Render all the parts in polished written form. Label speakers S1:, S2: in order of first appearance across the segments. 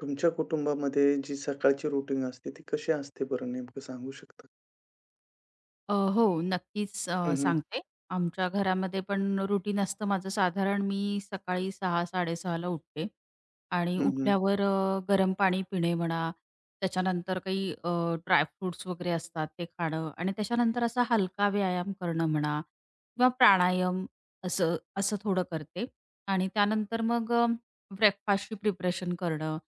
S1: तुमच्या कुटुंबामध्ये जी सकाळची रुटीन असते, ती कशी असते बरं नेमकं सांगू शकता?
S2: हो, नक्कीच
S1: हं, हं.
S2: सांगते. आमच्या घरामध्ये पण रुटीन असतं माझं, साधारण मी सकाळी 6:00-6:30 ला उठते आणि
S1: हं, हं.
S2: उठल्यावर गरम पाणी पिणे म्हणा, त्याच्यानंतर काही ड्रायफ्रुट्स वगैरे असतात ते खाणं आणि त्याच्यानंतर असा हलका व्यायाम करणं म्हणा किंवा प्राणायाम, असं असं थोडं करते आणि त्यानंतर मग ब्रेकफास्टची प्रिपरेशन करणं,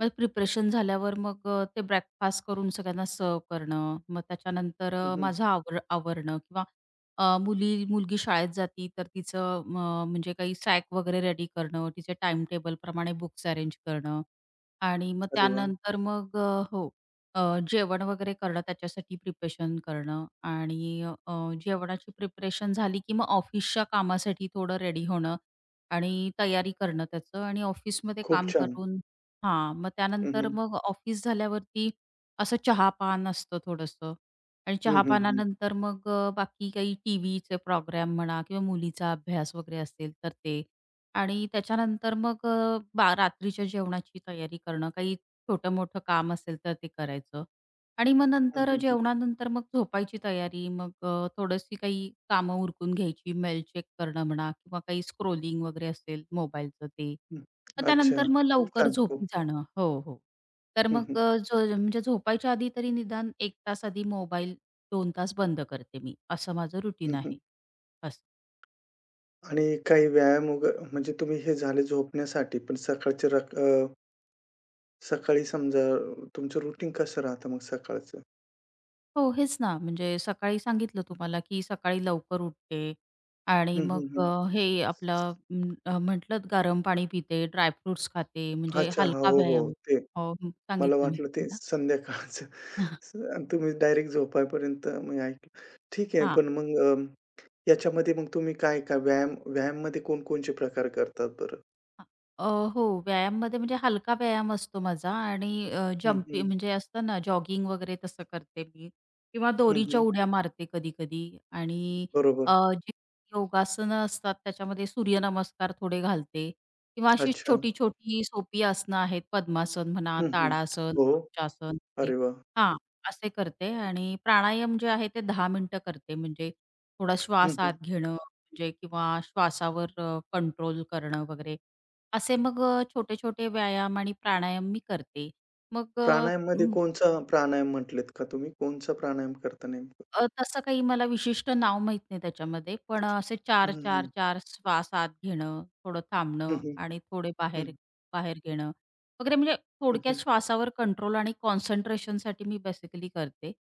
S2: मग प्रिपरेशन झाल्यावर मग ते ब्रेकफास्ट करून सगळ्यांना सर्व्ह करणं. मग त्याच्यानंतर
S1: हं, हं.
S2: माझं आवरणं किंवा मुलगी शाळेत जाती तर तिचं म्हणजे काही सॅक वगैरे रेडी करणं, तिचे टाईम टेबलप्रमाणे बुक्स अरेंज करणं आणि मग
S1: अरे वाह!
S2: त्यानंतर मग हो, अ, जेवण वगैरे करणं, त्याच्यासाठी प्रिपरेशन करणं आणि जेवणाची प्रिपरेशन झाली की मग ऑफिसच्या कामासाठी थोडं रेडी होणं आणि तयारी करणं त्याचं आणि ऑफिसमध्ये
S1: खूप
S2: काम
S1: छान.
S2: करून हां, मग
S1: हं,
S2: त्यानंतर
S1: हं.
S2: मग ऑफिस झाल्यावरती असं चहा-पान असतं थोडंसं आणि
S1: हं, हं, हं.
S2: चहा-पानानंतर मग बाकी काही टीव्हीचे प्रोग्राम म्हणा किंवा मुलीचा अभ्यास वगैरे असेल तर ते. आणि त्याच्यानंतर मग रात्रीच्या जेवणाची तयारी करणं, काही छोटं-मोठं काम असेल तर ते करायचं आणि मग
S1: हं,
S2: नंतर
S1: हं, हं.
S2: जेवणानंतर मग झोपायची तयारी, मग थोडीशी काही कामं उरकून घ्यायची, मेल चेक करणं म्हणा किंवा काही स्क्रोलिंग वगैरे असेल मोबाईलचं ते. मग
S1: अच्छा.
S2: त्यानंतर मग
S1: खूप
S2: लवकर
S1: छान, खूप
S2: झोपी
S1: छान.
S2: जाणं. हो, हो. तर
S1: हं, हं.
S2: मग म्हणजे झोपायच्या आधी तरी निदान 1 तास आधी मोबाईल 2 तास बंद करते मी. असं माझं रुटीन
S1: हं,
S2: आहे.
S1: हं.
S2: असं.
S1: आणि काही व्यायाम म्हणजे तुम्ही हे झाले झोपण्यासाठी, पण सकाळचे सकाळी समजा तुमचं रुटीन कसं राहतं मग सकाळचं?
S2: हो, हेच ना. म्हणजे सकाळी सांगितलं तुम्हाला, की सकाळी लवकर उठते आणि
S1: हं, हं,
S2: मग
S1: हं.
S2: हे आपलं म्हटलं गरम पाणी पिते, ड्रायफ्रुट्स खाते, म्हणजे
S1: अच्छा. हां.
S2: हलका
S1: हो, हो.
S2: व्यायाम. हो,
S1: मला
S2: सांगितलं मी
S1: वाटलं ते
S2: तुम्हाला.
S1: संध्याकाळचं. आणि तुम्ही डायरेक्ट झोपायपर्यंत मी ऐकलं. ठीक आहे.
S2: हा,
S1: पण मग याच्यामध्ये मग तुम्ही काय व्यायाममध्ये कोणकोणचे प्रकार करतात बरं?
S2: अ, अ, हो, व्यायाममध्ये म्हणजे हलका व्यायाम असतो माझा आणि
S1: हं,
S2: जंपी
S1: हं.
S2: म्हणजे असतं ना, जॉगिंग वगैरे तसं करते मी किंवा
S1: हं,
S2: दोरीच्या
S1: हं.
S2: उड्या मारते कधी-कधी. आणि
S1: बरोबर.
S2: जी योगासनं असतात त्याच्यामध्ये सूर्यनमस्कार थोडे घालते किंवा अशी
S1: अच्छा.
S2: छोटी-छोटी सोपी आसनं आहेत. पद्मासन म्हणा,
S1: हं, हं.
S2: ताडासन,
S1: हो.
S2: वृक्षासन वगैरे.
S1: अरे वाह!
S2: हां, असे करते आणि प्राणायाम जे आहे ते 10 मिनिटं करते. म्हणजे थोडा
S1: हं,
S2: श्वास आत
S1: हं.
S2: घेणं म्हणजे किंवा श्वासावर कंट्रोल करणं वगैरे, असे मग छोटे-छोटे व्यायाम आणि प्राणायाम मी करते. मग
S1: प्राणायाममध्ये
S2: म
S1: कोणचा प्राणायाम म्हटलेत का तुम्ही? कोणचा प्राणायाम करता नेमकं?
S2: तसं काही मला विशिष्ट नाव माहीत नाही त्याच्यामध्ये. पण असे चार
S1: हं,
S2: 4
S1: हं.
S2: 4 श्वास आत घेणं, थोडं
S1: हं,
S2: थांबणं
S1: हं.
S2: आणि थोडे
S1: हं,
S2: बाहेर
S1: हं.
S2: बाहेर घेणं वगैरे. म्हणजे
S1: हं,
S2: थोडक्यात
S1: हं.
S2: श्वासावर कंट्रोल आणि कॉन्सन्ट्रेशनसाठी मी बेसिकली करते.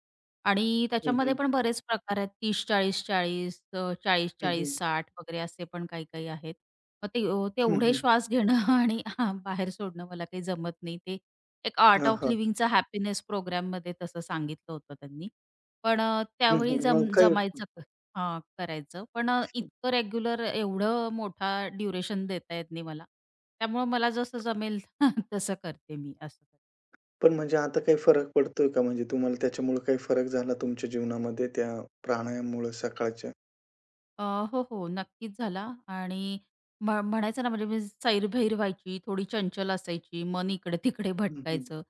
S2: आणि
S1: हं,
S2: त्याच्यामध्ये
S1: हं.
S2: पण बरेच प्रकार आहेत. 30-40-40
S1: हं, हं.
S2: 40-40-60 वगैरे असे पण काही-काही आहेत. मग ते
S1: हं,
S2: तेवढे
S1: हं.
S2: श्वास घेणं आणि हां, बाहेर सोडणं मला काही जमत नाही ते. एक आर्ट ऑफ लिव्हिंगचा हॅपीनेस प्रोग्राममध्ये तसं सांगितलं होतं त्यांनी. पण
S1: हं,
S2: त्यावेळी
S1: हं. मग काही
S2: जमायचं हां, करायचं. पण इतकं रेग्युलर एवढं मोठा ड्युरेशन देता येत नाही मला. त्यामुळं मला जसं जमेल तसं करते मी असं.
S1: पण म्हणजे आता काही फरक पडतोय का? म्हणजे तुम्हाला त्याच्यामुळे काही फरक झाला तुमच्या जीवनामध्ये त्या प्राणायाममुळे सकाळच्या?
S2: अ, हो, हो. नक्कीच झाला. आणि म्हणायचं ना, म्हणजे मी सैरभैर व्हायची, थोडी चंचल असायची, मन इकडे-तिकडे
S1: हं, हं.
S2: भटकायचं.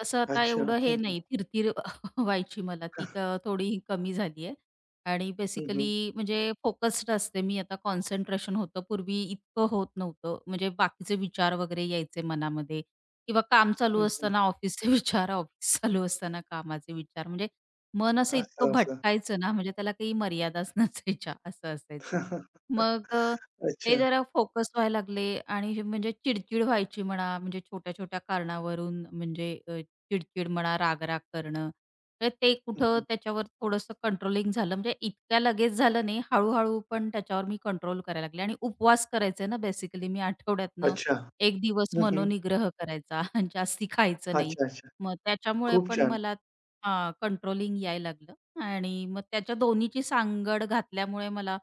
S2: तसं आता
S1: अच्छा.
S2: एवढं हे
S1: हं, हं.
S2: नाही, थीर-थीर व्हायची मला ती थोडी कमी झाली आहे आणि
S1: हं,
S2: बेसिकली
S1: हं.
S2: म्हणजे फोकस्ड असते मी आता. कॉन्सन्ट्रेशन होतं, पूर्वी इतकं होत नव्हतं. म्हणजे बाकीचे विचार वगैरे यायचे मनामध्ये किंवा काम चालू
S1: हं, हं.
S2: असताना ऑफिसचे विचार, ऑफिस चालू असताना कामाचे विचार. म्हणजे मन असं इतकं
S1: असं, असं.
S2: भटकायचं ना, म्हणजे त्याला काही मर्यादाच नसायच्या असं असायचं. मग ते
S1: अच्छा.
S2: जरा फोकस व्हायला लागले आणि म्हणजे चिडचिड व्हायची म्हणा, म्हणजे छोट्या-छोट्या कारणावरून म्हणजे चिडचिड म्हणा, राग-राग करणं. तर ते
S1: हं,
S2: कुठं
S1: हं.
S2: त्याच्यावर थोडंसं कंट्रोलिंग झालं. म्हणजे इतक्या लगेच झालं नाही, हळू पण त्याच्यावर मी कंट्रोल करायला लागले आणि उपवास करायचे ना बेसिकली मी, आठवड्यातनं
S1: अच्छा.
S2: 1 दिवस
S1: हं, हं.
S2: मनोनिग्रह करायचा. जास्ती खायचं नाही.
S1: अच्छा, अच्छा.
S2: मग त्याच्यामुळे
S1: खूप
S2: पण
S1: छान.
S2: मला कंट्रोलिंग यायला लागलं आणि मग त्याच्या दोन्हीची सांगड घातल्यामुळे मला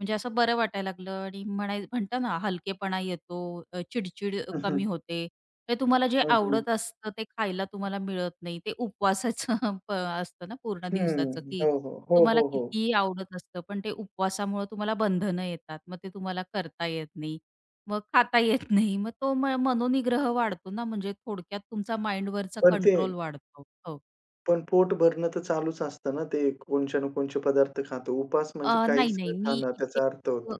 S2: म्हणजे असं बरं वाटायला लागलं आणि म्हणाय म्हणता ना, हलकेपणा येतो, चिडचिड
S1: हं,
S2: कमी
S1: हं.
S2: होते. ते तुम्हाला जे
S1: हं, हं.
S2: आवडत असतं ते खायला तुम्हाला मिळत नाही. ते उपवासाचं असतं ना पूर्ण दिवसाचं,
S1: हं.
S2: की
S1: हो, हो. हो,
S2: तुम्हाला
S1: हो, हो.
S2: कितीही आवडत असतं, पण ते उपवासामुळं तुम्हाला बंधनं येतात. मग ते तुम्हाला करता येत नाही. मग खाता येत नाही. मग तो मनोनिग्रह वाढतो ना, म्हणजे थोडक्यात तुमचा माइंडवरचा
S1: पण ते
S2: कंट्रोल वाढतो. हो.
S1: पण पोट भरणं तर चालूच असतं ना, ते कोणच्या ना कोणचे पदार्थ खातो. उपास म्हणजे
S2: अ, नाही,
S1: काहीच न
S2: नाही. मी
S1: खाणं
S2: इतके
S1: त्याचा अर्थ होतो.
S2: अ,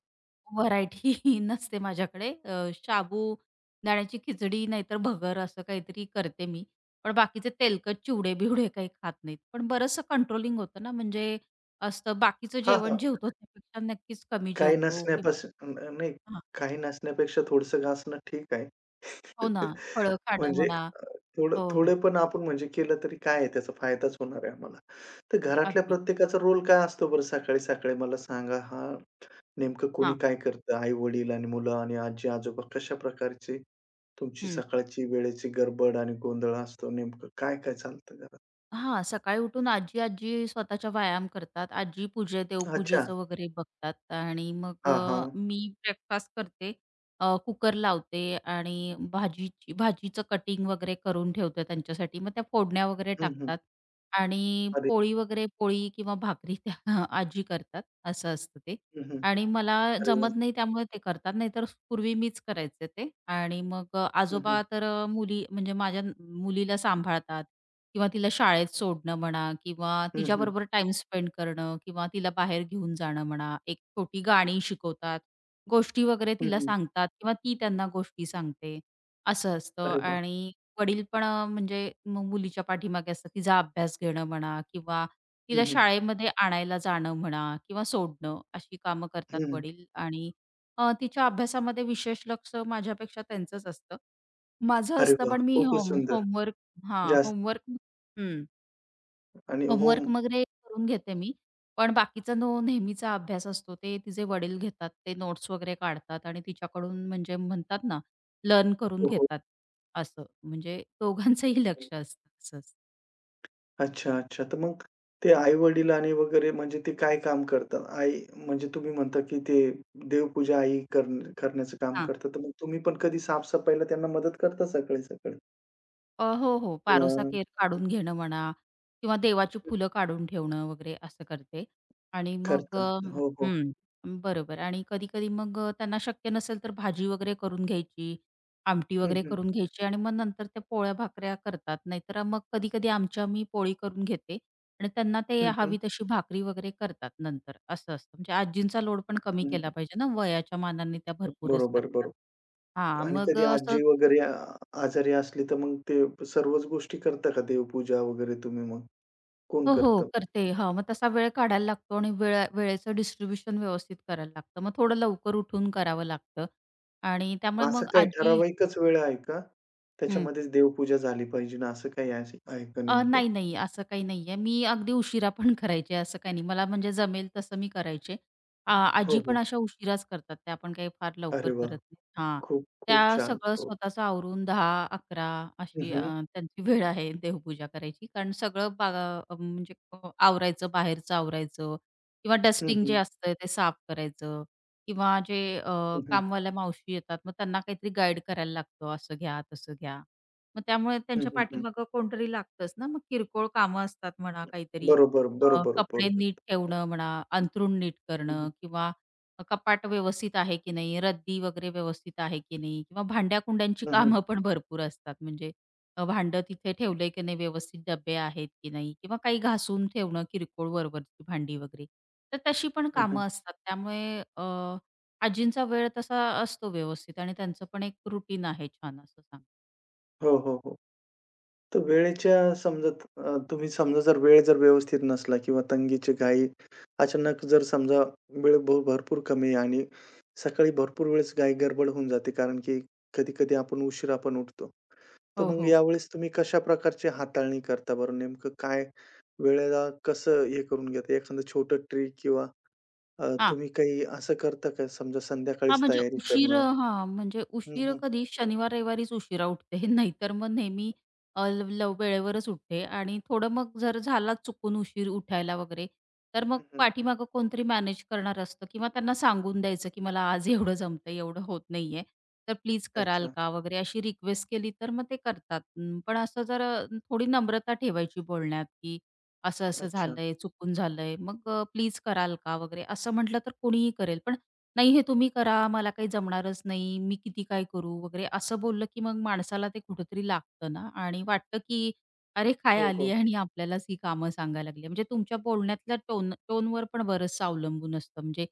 S2: व्हरायटी नसते माझ्याकडे. साबुदाण्याची खिचडी नाहीतर भगर, असं काहीतरी करते मी. पण बाकीचे तेलकट चिवडे-बिवडे काही खात नाहीत. पण बरचसं कंट्रोलिंग होतं ना, म्हणजे असतं बाकीचं
S1: हां,
S2: जेवण
S1: हां.
S2: जेवतो त्यापेक्षा नक्कीच कमी
S1: काही
S2: जेवतो की.
S1: नसण्यापासून न नाही,
S2: हां.
S1: काही नसण्यापेक्षा थोडंसं गासणं ठीक आहे.
S2: हो ना. फळं खाणं
S1: म्हणजे
S2: म्हणा.
S1: अ, थोडं
S2: हो, हो.
S1: थोडं पण आपण म्हणजे केलं तरी काय आहे त्याचा फायदाच होणार आहे आम्हाला. तर घरातल्या
S2: अगदी.
S1: प्रत्येकाचा रोल काय असतो बरं सकाळी-सकाळी मला सांगा हां, नेमकं कोणी
S2: हां.
S1: काय करतं? आई-वडील आणि मुलं आणि आजी-आजोबा कशा प्रकारची तुमची
S2: हं.
S1: सकाळची वेळेची गडबड आणि गोंधळ असतो नेमकं काय-काय चालतं घरात?
S2: हां, सकाळी उठून आजी-आजी स्वतःच्या व्यायाम करतात. आजी पूजे
S1: अच्छा.
S2: देवपूजेचं वगैरे बघतात आणि मग
S1: हां, हां.
S2: मी ब्रेकफास्ट करते. कुकर लावते आणि भाजीचं कटिंग वगैरे करून ठेवते त्यांच्यासाठी. मग त्या फोडण्या वगैरे
S1: हं, हं.
S2: टाकतात आणि
S1: अरे!
S2: पोळी वगैरे पोळी किंवा भाकरी त्या आजी करतात, असं असतं ते.
S1: हं, हं.
S2: आणि मला
S1: अरे वाह!
S2: जमत नाही त्यामुळे ते करतात. नाहीतर पूर्वी मीच करायचे ते. आणि मग
S1: हं, हं.
S2: आजोबा तर म्हणजे माझ्या मुलीला सांभाळतात किंवा तिला शाळेत सोडणं म्हणा किंवा
S1: हं, हं.
S2: तिच्याबरोबर टाइम स्पेंड करणं किंवा तिला बाहेर घेऊन जाणं म्हणा. एक छोटी गाणी शिकवतात. गोष्टी वगैरे
S1: हं,
S2: तिला
S1: हं.
S2: सांगतात किंवा ती त्यांना गोष्टी सांगते. असं असतं.
S1: अरे वाह!
S2: आणि वडील पण म्हणजे मग मुलीच्या पाठीमागे असतात. तिचा अभ्यास घेणं म्हणा किंवा तिला
S1: हं, हं.
S2: शाळेमध्ये आणायला जाणं म्हणा किंवा सोडणं, अशी कामं करतात
S1: हं.
S2: वडील. आणि तिच्या अभ्यासामध्ये विशेष लक्ष माझ्यापेक्षा त्यांचंच असतं. माझं
S1: अरे
S2: असतं,
S1: वाह!
S2: पण मी
S1: खूपच सुंदर.
S2: होमवर्क हां,
S1: जास्त
S2: होमवर्क हं,
S1: आणि होम
S2: होमवर्क वगैरे करून घेते मी. पण बाकीचा नो नेहमीचा अभ्यास असतो ते तिचे वडील घेतात. ते नोट्स वगैरे काढतात आणि तिच्याकडून म्हणजे म्हणतात ना, लर्न करून
S1: हो, हो.
S2: घेतात. असं म्हणजे दोघांचंही लक्ष असतं असंच.
S1: अच्छा, अच्छा. तर मग ते आई-वडील आणि वगैरे म्हणजे ते काय काम करतात? आई म्हणजे तुम्ही म्हणता, की ते देवपूजा आई कर करण्याचं काम
S2: हां.
S1: करतात. तर मग तुम्ही पण कधी साफ-सफाईला त्यांना मदत करता सकाळी-सकाळी?
S2: हो, हो. पारोसा
S1: किंवा
S2: केर काढून घेणं म्हणा किंवा देवाची फुलं काढून ठेवणं वगैरे असं करते. आणि मग
S1: करता. हो, हो.
S2: हं. बरोबर. आणि कधी-कधी मग त्यांना शक्य नसेल तर भाजी वगैरे करून घ्यायची, आमटी
S1: हं,
S2: वगैरे
S1: हं.
S2: करून घ्यायची आणि मग नंतर त्या पोळ्या-भाकऱ्या करतात. नाहीतर मग कधी-कधी आमच्या मी पोळी करून घेते आणि त्यांना ते
S1: हं, हं.
S2: हवी तशी भाकरी वगैरे करतात नंतर, असं असतं. म्हणजे आजींचा लोड पण कमी
S1: हं.
S2: केला पाहिजे ना, वयाच्या मानाने त्या भरपूरच
S1: बरोबर,
S2: करतात.
S1: बरोबर.
S2: हां,
S1: आणि
S2: मग
S1: कधी
S2: असं.
S1: आजी वगैरे आजारी असली, तर मग ते सर्वच गोष्टी करता का देवपूजा वगैरे तुम्ही मग? कोण
S2: हो, हो.
S1: करतं?
S2: करते. हां, मग तसा वेळ काढायला लागतो आणि वेळेचं डिस्ट्रिब्युशन व्यवस्थित करायला लागतं. मग थोडं लवकर उठून करावं लागतं आणि त्यामुळे
S1: असं
S2: मग
S1: काही
S2: आजी.
S1: ठराविकच वेळ आहे का?
S2: हं.
S1: त्याच्यामध्येच देवपूजा झाली पाहिजे ना असं काही आहे आहे का नेमकं?
S2: नाही, नाही, असं काही नाहीये. मी अगदी उशिरा पण करायचे, असं काही नाही. मला म्हणजे जमेल तसं मी करायचे.
S1: हो,
S2: आजी पण
S1: हो.
S2: अशा उशिराच करतात. त्या पण काही फार
S1: अरे
S2: लवकर
S1: वाह!
S2: करत नाहीत. हां.
S1: खूप, खूप
S2: त्या
S1: छान.
S2: सगळं
S1: हो.
S2: स्वतःचं आवरून दहा, अकरा,
S1: हं,
S2: अशी
S1: हं.
S2: त्यांची वेळ आहे देवपूजा करायची. कारण सगळं म्हणजे आवरायचं, बाहेरचं आवरायचं किंवा
S1: हं,
S2: डस्टिंग जे
S1: हं.
S2: असतं ते साफ करायचं किंवा जे
S1: हं, हं.
S2: कामवाल्या मावशी येतात, मग त्यांना काहीतरी गाईड करायला लागतं, असं घ्या, तसं घ्या. मग त्यामुळे
S1: हं,
S2: त्यांच्या
S1: हं, हं.
S2: पाठीमागं कोणतरी लागतंच ना, मग किरकोळ कामं असतात म्हणा काहीतरी.
S1: बरोबर, बरोबर
S2: कपडे नीट
S1: बोललात.
S2: ठेवणं म्हणा, अंथरूण नीट
S1: हं,
S2: करणं
S1: हं.
S2: किंवा कपाट व्यवस्थित आहे की नाही, रद्दी वगैरे व्यवस्थित आहे की नाही किंवा भांड्या-कुंड्यांची
S1: हं, हं.
S2: कामं पण भरपूर असतात. म्हणजे भांडं तिथे ठेवलंय की नाही, व्यवस्थित डब्बे आहेत की नाही किंवा काही घासून ठेवणं किरकोळ वरवरची भांडी वगैरे. तर तशी पण
S1: हं, हं.
S2: कामं असतात. त्यामुळे आजींचा वेळ तसा असतो व्यवस्थित आणि त्यांचं पण एक रुटीन आहे छान असं सांग.
S1: हो, हो, हो. तर वेळेच्या समजा तुम्ही समजा जर वेळ जर व्यवस्थित नसला किंवा तंगीची घाई अचानक जर समजा वेळ भरपूर कमी आहे आणि सकाळी भरपूर वेळेस घाई गडबड होऊन जाते कारण की कधी-कधी आपण उशिरा पण उठतो. तर
S2: हो,
S1: मग
S2: हो.
S1: यावेळेस तुम्ही कशा प्रकारची हाताळणी करता बरं? नेमकं काय वेळेला कसं हे करून घेता? एखादं छोटं ट्रिक किंवा
S2: हां.
S1: तुम्ही काही असं करता का समजा
S2: हां,
S1: संध्याकाळीच
S2: म्हणजे
S1: तयारी
S2: उशीर
S1: करणं?
S2: हां, म्हणजे
S1: हं,
S2: उशीर
S1: हं.
S2: कधी शनिवार, रविवारीच उशिरा उठते. नाहीतर मग नेहमी ल लव वेळेवरच उठते आणि थोडं मग जर झाला चुकून उशीर उठायला वगैरे, तर मग
S1: हं, हं.
S2: पाठीमागं कोणतरी मॅनेज करणारं असतं किंवा त्यांना सांगून द्यायचं, की "मला आज एवढं जमतंय, एवढं होत नाहीये, तर प्लीज कराल
S1: अच्छा,
S2: का?" वगैरे अशी रिक्वेस्ट केली तर मग ते करतात. पण असं जर थोडी नम्रता ठेवायची बोलण्यात, की "असं-असं
S1: अच्छा.
S2: झालंय, चुकून झालंय, मग प्लीज कराल का?" वगैरे असं म्हटलं तर कोणीही करेल. पण "नाही हे तुम्ही करा, मला काही जमणारच नाही, मी किती काय करू" वगैरे असं बोललं, की मग माणसाला ते कुठेतरी लागतं ना आणि वाटतं, की "अरे काय
S1: हो,
S2: आली
S1: हो.
S2: आहे आणि आपल्यालाच ही कामं सांगायला लागली". म्हणजे तुमच्या बोलण्यातल्या टोनवर पण बरंचसं अवलंबून असतं. म्हणजे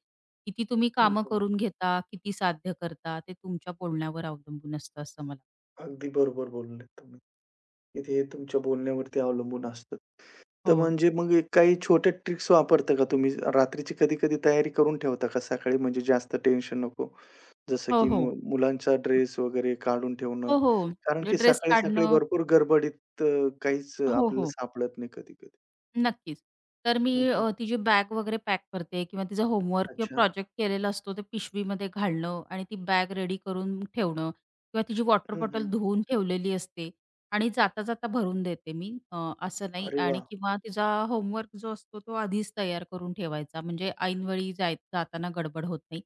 S2: किती तुम्ही
S1: हं,
S2: कामं
S1: हं.
S2: करून घेता, किती साध्य करता ते तुमच्या बोलण्यावर अवलंबून असतं असं मला.
S1: अगदी बरोबर बोलले तुम्ही, की ते तुमच्या बोलण्यावरती अवलंबून असतं. तर
S2: हो.
S1: म्हणजे मग एक काही छोट्या ट्रिक्स वापरता का तुम्ही? रात्रीची कधी-कधी तयारी करून ठेवता का सकाळी म्हणजे जास्त टेन्शन नको? जसं
S2: हो,
S1: की
S2: हो.
S1: मुलांचा ड्रेस वगैरे काढून ठेवणं.
S2: हो, हो.
S1: कारण
S2: म्हणजे
S1: की
S2: ड्रेस
S1: सकाळी-सकाळी
S2: काढणं.
S1: भरपूर गडबडीत काहीच
S2: हो,
S1: आपल्याला
S2: हो.
S1: सापडत नाही कधी-कधी.
S2: नक्कीच. तर मी
S1: हं, हं.
S2: तिची बॅग वगैरे पॅक करते किंवा तिचा होमवर्क किंवा
S1: अच्छा.
S2: प्रोजेक्ट केलेला असतो ते पिशवीमध्ये घालणं आणि ती बॅग रेडी करून ठेवणं किंवा तिची वॉटर
S1: हं,
S2: बॉटल
S1: हं.
S2: धुवून ठेवलेली असते आणि जाता-जाता भरून देते मी. असं नाही.
S1: अरे
S2: आणि
S1: वाह!
S2: किंवा तिचा होमवर्क जो असतो तो आधीच तयार करून ठेवायचा, म्हणजे ऐनवेळी जाय जाताना गडबड होत नाही.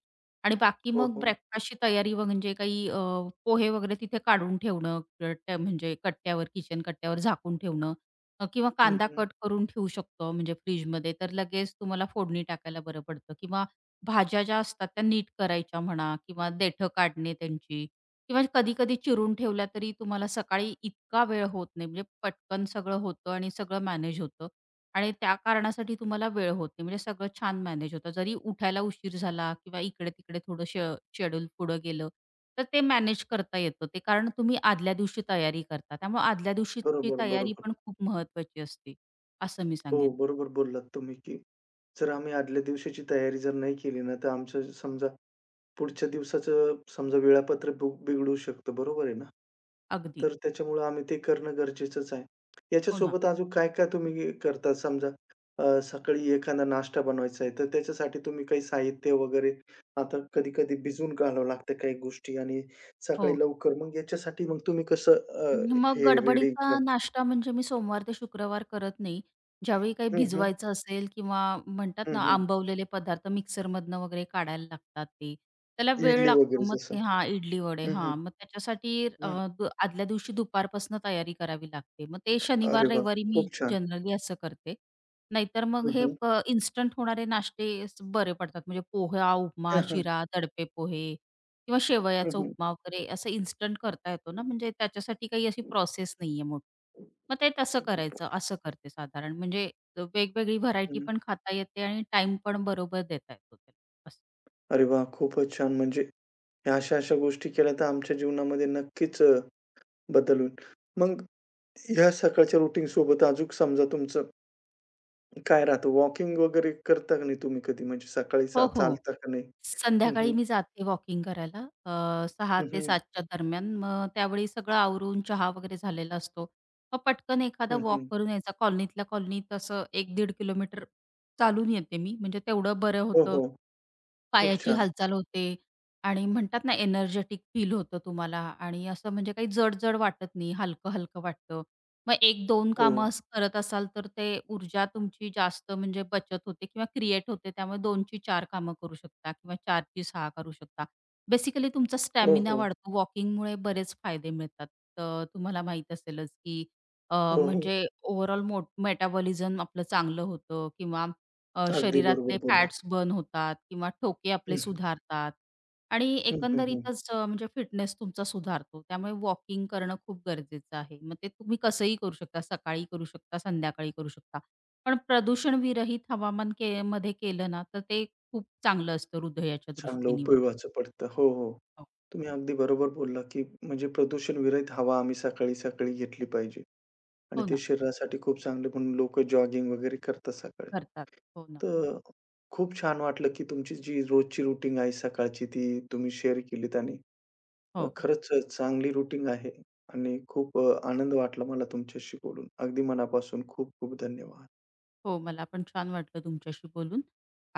S2: आणि बाकी
S1: हो,
S2: मग
S1: हो.
S2: ब्रेकफास्टची तयारी म्हणजे काही पोहे वगैरे तिथे काढून ठेवणं, म्हणजे कट्ट्यावर किचन कट्ट्यावर झाकून ठेवणं, किंवा
S1: हं,
S2: कांदा
S1: हं.
S2: कट करून ठेवू शकतो म्हणजे फ्रिजमध्ये, तर लगेच तुम्हाला फोडणी टाकायला बरं पडतं किंवा भाज्या ज्या असतात त्या नीट करायच्या म्हणा किंवा देठं काढणे त्यांची किंवा कधी-कधी चिरून ठेवल्या, तरी तुम्हाला सकाळी इतका वेळ होत नाही, म्हणजे पटकन सगळं होतं आणि सगळं मॅनेज होतं. आणि त्या कारणासाठी तुम्हाला वेळ होत नाही. म्हणजे सगळं छान मॅनेज होतं. जरी उठायला उशीर झाला किंवा इकडे-तिकडे थोडं शेड्यूल पुढं गेलं, तर ते मॅनेज करता येतं. ते कारण तुम्ही आदल्या दिवशी तयारी करता. त्यामुळे आदल्या दिवशीची
S1: बरोबर,
S2: तयारी
S1: बरोबर.
S2: पण खूप महत्त्वाची असते, असं मी
S1: हो,
S2: सांगेन.
S1: बरोबर बोललात तुम्ही, की जर आम्ही आदल्या दिवशीची तयारी जर नाही केली ना, तर आमचं समजा पुढच्या दिवसाचं समजा वेळापत्रक बिघडू शकतं, बरोबर आहे ना?
S2: अगदी.
S1: तर त्याच्यामुळं आम्ही ते करणं गरजेचंच आहे.
S2: हो ना.
S1: याच्यासोबत अजून काय-काय तुम्ही करता? समजा सकाळी एखादा नाश्ता बनवायचा आहे, तर त्याच्यासाठी तुम्ही काही साहित्य वगैरे आता कधी-कधी भिजवून घालावं लागतं काही गोष्टी आणि सकाळी
S2: हो.
S1: लवकर मग याच्यासाठी मग तुम्ही कसं
S2: मग
S1: हे रेडी
S2: गडबडीचा
S1: कर
S2: नाश्ता म्हणजे मी सोमवार ते शुक्रवार करत नाही. ज्यावेळी काही
S1: हं, हं.
S2: भिजवायचं असेल किंवा म्हणतात
S1: हं,
S2: ना,
S1: हं.
S2: आंबवलेले पदार्थ मिक्सरमधनं वगैरे काढायला लागतात ते. त्याला वेळ
S1: इडली वगैरे
S2: लागतो. मग ते
S1: जसं.
S2: हां, इडली-वडे.
S1: हं, हं.
S2: हां, मग त्याच्यासाठी अ,
S1: हं.
S2: आदल्या दिवशी दुपारपासून तयारी करावी लागते. मग ते शनिवार,
S1: अरे वाह!
S2: रविवारी मी
S1: खूप छान.
S2: जनरली असं करते. नाहीतर मग
S1: हं,
S2: हे
S1: हं.
S2: इन्स्टंट होणारे नाश्ते स- बरे पडतात. म्हणजे पोहा, उपमा,
S1: हं, हं.
S2: शिरा, दडपे पोहे किंवा शेवयाचा उपमा वगैरे असं इन्स्टंट करता येतो ना, म्हणजे त्याच्यासाठी काही अशी प्रोसेस नाहीये मोठी. मग ते तसं करायचं, असं करते साधारण. म्हणजे वेगवेगळी व्हरायटी पण खाता येते आणि टाइम पण बरोबर देता येतो त्याला. असं.
S1: अरे वाह! खूपच छान. म्हणजे ह्या अशा-अशा गोष्टी केल्या तर आमच्या जीवनामध्ये नक्कीच बदल होईल. मग ह्या सकाळच्या रुटीन सोबत अजून समजा तुमचं काय राहतं? वॉकिंग वगैरे करता का नाही तुम्ही कधी? म्हणजे सकाळी
S2: हो, हो.
S1: चालता का नाही? हं,
S2: संध्याकाळी
S1: हं.
S2: मी जाते वॉकिंग करायला 6:00
S1: हं,
S2: ते
S1: हं.
S2: 7:00 च्या दरम्यान. मग त्यावेळी सगळं आवरून चहा वगैरे झालेला असतो. मग पटकन एखादा
S1: हं,
S2: वॉक
S1: हं.
S2: करून यायचा. कॉलनीतल्या कॉलनीत असं 1-1.5 किलोमीटर चालून येते मी, म्हणजे तेवढं बरं
S1: हो,
S2: होतं.
S1: हो. खूप
S2: पायाची
S1: छान.
S2: हालचाल होते आणि म्हणतात ना एनर्जेटिक फील होतं तुम्हाला आणि असं म्हणजे काही जड-जड वाटत नाही, हलकं-हलकं वाटतं. मग 1-2
S1: हो.
S2: कामं असं करत असाल तर ते ऊर्जा तुमची जास्त म्हणजे बचत होते किंवा क्रिएट होते. त्यामुळे 2 ची 4 कामं करू शकता किंवा 4 ची करू शकता. बेसिकली तुमचा
S1: हो,
S2: स्टॅमिना
S1: हो.
S2: वाढतो. वॉकिंगमुळे बरेच फायदे मिळतात. तर तुम्हाला माहीत असेलच की
S1: हो, हो.
S2: म्हणजे ओव्हरऑल मेटाबॉलिझम आपलं चांगलं होतं किंवा
S1: अगदी बरोबर
S2: शरीरातले
S1: बोलला.
S2: फॅट्स बर्न होतात किंवा ठोके
S1: हं,
S2: आपले
S1: हं.
S2: सुधारतात आणि
S1: हं, हं, हं.
S2: एकंदरीतच म्हणजे फिटनेस तुमचा सुधारतो. त्यामुळे वॉकिंग करणं खूप गरजेचं आहे. मग ते तुम्ही कसंही करू शकता. सकाळी करू शकता, संध्याकाळी करू शकता. पण प्रदूषणविरहित हवामान के मध्ये केलं ना, तर ते खूप चांगलं असतं हृदयाच्या
S1: चांगलं
S2: दृष्टीने वगैरे.
S1: उपयोगाचं पडतं. हो, हो.
S2: हो,
S1: तुम्ही अगदी बरोबर बोलला, की म्हणजे प्रदूषणविरहित हवा आम्ही सकाळी-सकाळी घेतली पाहिजे. आणि
S2: हो
S1: ते
S2: ना,
S1: शरीरासाठी खूप चांगले म्हणून लोकं जॉगिंग वगैरे करतात सकाळी.
S2: करतात. हो ना.
S1: तर खूप छान वाटलं, की तुमची जी रोजची रुटीन आहे सकाळची ती तुम्ही शेअर केलीत आणि
S2: हो, हो.
S1: खरंच चांगली रुटीन आहे आणि खूप
S2: हां.
S1: आनंद वाटला मला तुमच्याशी बोलून. अगदी मनापासून खूप खूप धन्यवाद.
S2: हो, मला पण छान वाटलं तुमच्याशी बोलून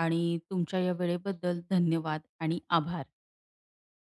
S2: आणि तुमच्या या वेळेबद्दल धन्यवाद आणि आभार.